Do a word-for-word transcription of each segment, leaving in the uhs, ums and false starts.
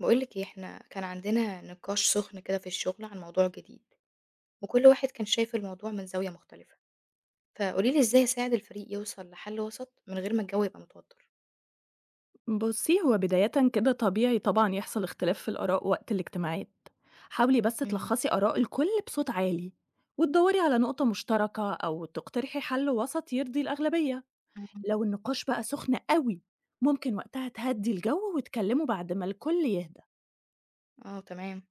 بقولك ايه، احنا كان عندنا نقاش سخن كده في الشغل عن موضوع جديد، وكل واحد كان شايف الموضوع من زاوية مختلفة. فقوليلي ازاي اساعد الفريق يوصل لحل وسط من غير ما الجو يبقى متوتر. بُصّي، هو بدايةً كده طبيعي طبعًا يحصل اختلاف في الآراء وقت الاجتماعات، حاولي بس مم. تلخّصي آراء الكل بصوت عالي، وتدوّري على نقطة مشتركة أو تقترحي حل وسط يرضي الأغلبية، مم. لو النقاش بقى سخن أوي، ممكن وقتها تهدّي الجو وتكلموا بعد ما الكل يهدى. اه، تمام.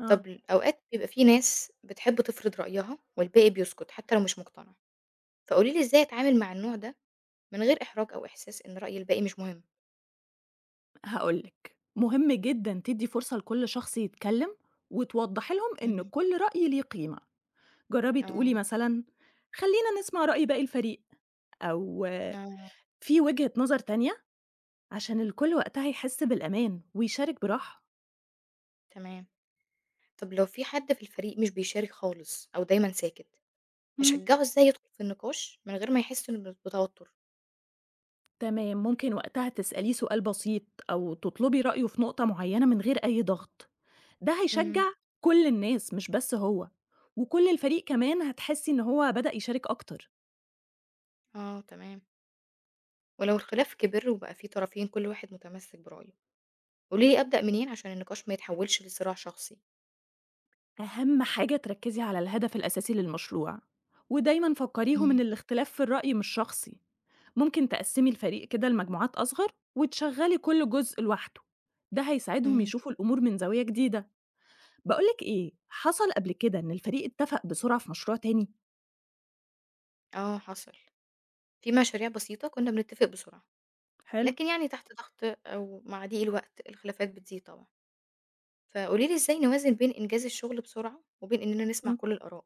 آه. طب اوقات بيبقى في ناس بتحب تفرض رأيها والباقي بيسكت حتى لو مش مقتنع، فقوليلي ازاي اتعامل مع النوع ده من غير احراج او احساس ان رأي الباقي مش مهم. هاقول لِك، مهم جدًا تدّي فرصة لكل شخص يتكلم، وتوضّحي لهم إن مم. كل رأي ليه قيمة، جرّبي تقولي اه. مثلًا خلّينا نسمع رأي باقي الفريق، أو اه، في وجهة نظر تانية عشان الكل وقتها يحس بالأمان ويشارك براحة. تمام. طب لو في حد في الفريق مش بيشارك خالص او دايما ساكت، مم. أشجّعه إزاي يدخل في النقاش من غير ما يحس إنه ب بتوتر؟ تمام، ممكن وقتها تسأليه سؤال بسيط أو تطلبي رأيه في نقطة معينة من غير أي ضغط. ده إمم. هيشجع كل الناس مش بس هو، وكل الفريق كمان هتحسي إن هو بدأ يشارك أكتر. آه، تمام. ولو الخلاف كبِر وبقى في طرفين كل واحد متمسك برأيه، قولي لي أبدأ منين عشان النقاش ما يتحولش لصراع شخصي؟ أهم حاجة تركزي على الهدف الأساسي للمشروع ودايما فكريهم إمم. إن الاختلاف في الرأي مش شخصي. ممكن تقسمي الفريق كده لمجموعات أصغر وتشغلي كل جزء لوحده، ده هيساعدهم إمم. يشوفوا الأمور من زاوية جديدة. بقولك إيه، حصل قبل كده إن الفريق اتفق بسرعة في مشروع تاني؟ آه، حصل، في مشاريع بسيطة كنا بنتفق بسرعة، حلو. لكن يعني تحت ضغط أو مع ضيق الوقت الخلافات بتزيد طبعًا، فقولي لي إزاي نوازن بين إنجاز الشغل بسرعة وبين إننا نسمع كل الآراء؟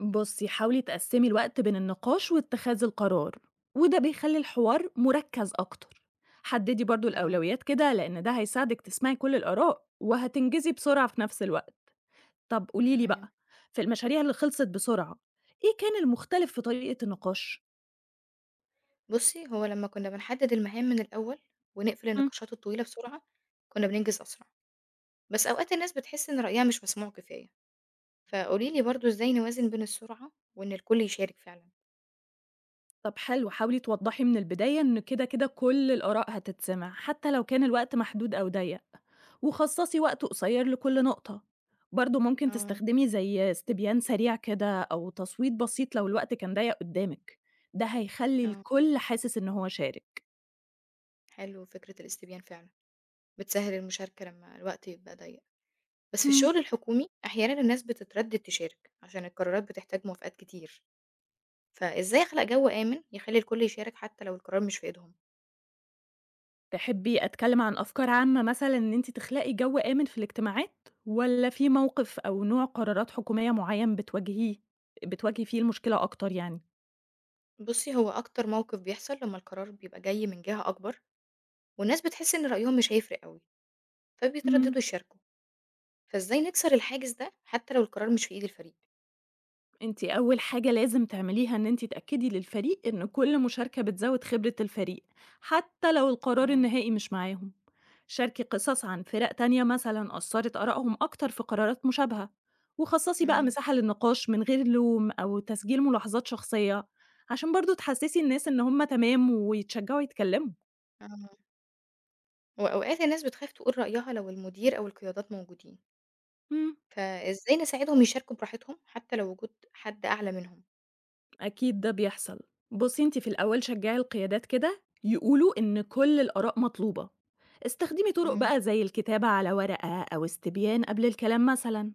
بصي، حاولي تقسمي الوقت بين النقاش واتخاذ القرار، وده بيخلي الحوار مركز أكتر. حددي برضو آه. الأولويات كده، لأن ده هيساعدك تسمعي كل الآراء وهتنجزي بسرعة في نفس الوقت. طب قوليلي تمام. بقى، في المشاريع اللي خلصت بسرعة إيه كان المختلف في طريقة النقاش؟ بُصّي، هو لمّا كنا بنحدد المهام من الأول ونقفل النقاشات الطويلة بسرعة، كنا بننجز أسرع. بس أوقات الناس بتحس إن رأيها مش مسموع كفاية، فقولي لي برضه إزاي نوازن بين السرعة وإن الكل يشارك فعلًا؟ طب حلو، حاولي توضّحي من البداية إن كده، كده كل الآراء هتتسمع، حتى لو كان الوقت محدود أو ضيّق، وخصّصي وقت قصير لكل نقطة. برضه ممكن آه. تستخدمي زي استبيان سريع كده أو تصويت بسيط لو الوقت كان ضيّق قدّامِك، ده هيخلّي آه، الكل حاسس إن هو شارك. حلو فكرة الاستبيان فعلًا، بتسهّل المشاركة لمّا الوقت يبقى ضيّق، بس في إمم. الشغل الحكومي أحيانًا الناس بتتردد تشارك عشان القرارات بتحتاج موافقات كتير. فإزاي أخلق جو آمن يخلّي الكل يشارك حتى لو القرار مش في إيدهم؟ تحبي أتكلم عن أفكار عامة مثلًا إن أنتِ تخلقي جو آمن في الاجتماعات، والّا في موقف أو نوع قرارات حكومية معيّن بتواجهيه بتواجهي فيه المشكلة أكتر يعني؟ بُصّي، هو أكتر موقف بيحصل لمّا القرار بيبقى جاي من جهة أكبر والناس بتحس إن رأيهم مش هيفرق أوي، إمم. فبيترددوا يشاركوا. فإزاي نكسر الحاجز ده حتى لو القرار مش في إيد الفريق؟ أنتِ أول حاجة لازم تعمليها إن أنتِ تأكدي للفريق إن كل مشاركة بتزود خبرة الفريق، حتى لو القرار آه. النهائي مش معاهم. شاركي قصص عن فرق تانية مثلًا أثرت آرائهم أكتر في قرارات مشابهة، وخصصي بقى إمم. مساحة للنقاش من غير لوم أو تسجيل ملاحظات شخصية، عشان برضه تحسسي الناس إن هم تمام ويتشجعوا يتكلموا. آه. وأوقات الناس بتخاف تقول رأيها لو المدير أو القيادات موجودين، إمم. فإزاي نساعدهم يشاركوا براحتهم حتى لو وجود حد أعلى منهم؟ أكيد ده بيحصل. بصي انت في الأول شجعي القيادات كده يقولوا إن كل الآراء مطلوبة. استخدمي طرق إمم. بقى زي الكتابة على ورقة أو استبيان قبل الكلام مثلا،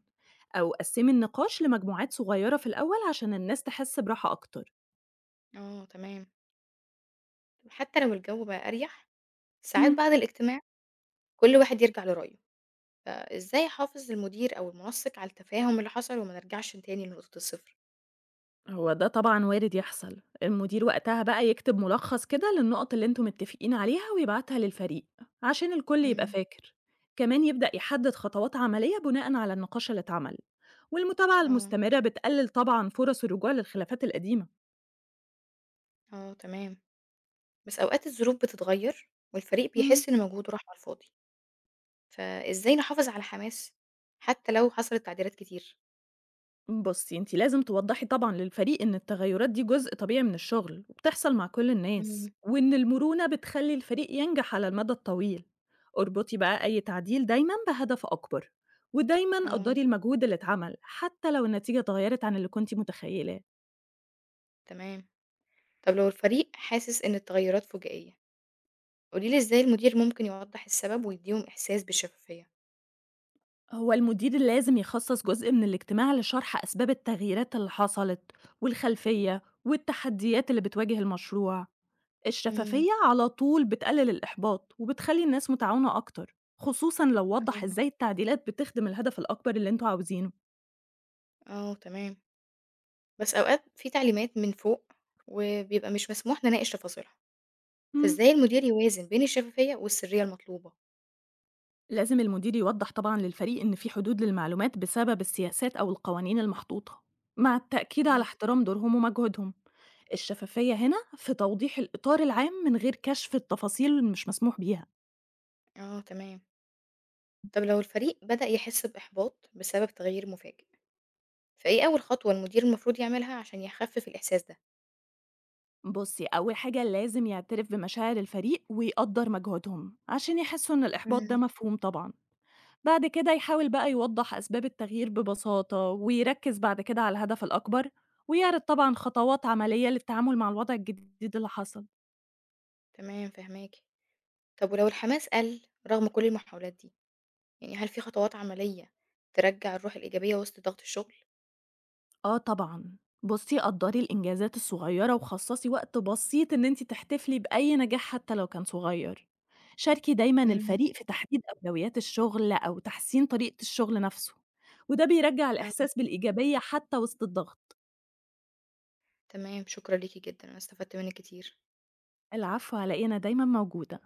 أو قسمي النقاش لمجموعات صغيرة في الأول عشان الناس تحس براحة أكتر. آه، تمام، حتى لو الجو بقى أريح، ساعات مم. بعد الاجتماع كل واحد يرجع لرأيه، فإزاي أحافظ المدير أو المنسق على التفاهم اللي حصل وما نرجعش تاني لنقطة الصفر؟ هو ده طبعًا وارد يحصل، المدير وقتها بقى يكتب ملخص كده للنقط اللي أنتم متفقين عليها ويبعتها للفريق، عشان الكل يبقى إمم. فاكر، كمان يبدأ يحدد خطوات عملية بناءً على النقاش اللي اتعمل، والمتابعة آه. المستمرة بتقلل طبعًا فرص الرجوع للخلافات القديمة. آه، تمام. بس أوقات الظروف بتتغير والفريق مم. بيحس إن مجهوده راح على الفاضي، فإزاي نحافظ على الحماس حتى لو حصلت تعديلات كتير؟ بُصّي، أنتِ لازم توضّحي طبعًا للفريق إن التغيُّرات دي جزء طبيعي من الشغل وبتحصل مع كل إمم. الناس، وإن المرونة بتخلّي الفريق ينجح على المدى الطويل. اربطي بقى أي تعديل دايمًا بهدف أكبر، ودايمًا آه. قدّري المجهود اللي اتعمل حتى لو النتيجة اتغيّرت عن اللي كنتِ متخيّلاه. تمام. طب لو الفريق حاسس إن التغيرات فُجائية، قولي لي إزاي المدير ممكن يوضّح السبب ويدّيهم إحساس بالشفافية؟ هو المدير لازم يخصّص جزء من الاجتماع لشرح أسباب التغييرات اللي حصلت والخلفية والتحديات اللي بتواجه المشروع. إمم. الشفافية على طول بتقلل الإحباط وبتخلي الناس متعاونة أكتر، خصوصا لو وضح آه. إزاي التعديلات بتخدم الهدف الأكبر اللي انتوا عاوزينه. آه، تمام. بس أوقات في تعليمات من فوق وبيبقى مش مسموح نناقش تفاصيلها، مم. فإزاي المدير يوازن بين الشفافية والسرية المطلوبة؟ لازم المدير يوضح طبعا للفريق إن في حدود للمعلومات بسبب السياسات أو القوانين المحطوطة، مع التأكيد على آه. احترام دورهم ومجهودهم. الشفافية هنا في توضيح الإطار العام من غير كشف التفاصيل اللي مش مسموح بيها. آه، تمام. طب لو الفريق بدأ يحس بإحباط بسبب تغيير مفاجئ، فإيه أول خطوة المدير المفروض يعملها عشان يخفف الإحساس ده؟ بصي، أول حاجة لازم يعترف بمشاعر الفريق ويقدر مجهودهم عشان يحسوا إن الإحباط ده إمم. مفهوم طبعا. بعد كده يحاول بقى يوضح أسباب التغيير ببساطة ويركز بعد كده على الهدف الأكبر، ويعرض طبعا خطوات عملية للتعامل مع الوضع الجديد اللي حصل. تمام، فاهماكِ. طب ولو الحماس قل رغم كل المحاولات دي، يعني هل في خطوات عملية ترجّع الروح الإيجابية وسط ضغط الشغل؟ آه طبعا. بصي قدري الإنجازات الصغيرة وخصصي وقت بسيط إن أنت تحتفلي بأي نجاح حتى لو كان صغير. شاركي دايما إمم. الفريق في تحديد أولويات الشغل أو تحسين طريقة الشغل نفسه، وده بيرجع آه، الإحساس بالإيجابية حتى وسط الضغط. تمام، شكرًا ليكِ جدًا، أنا استفدت منِّك كتير. العفو، على إيه، أنا دايما موجودة.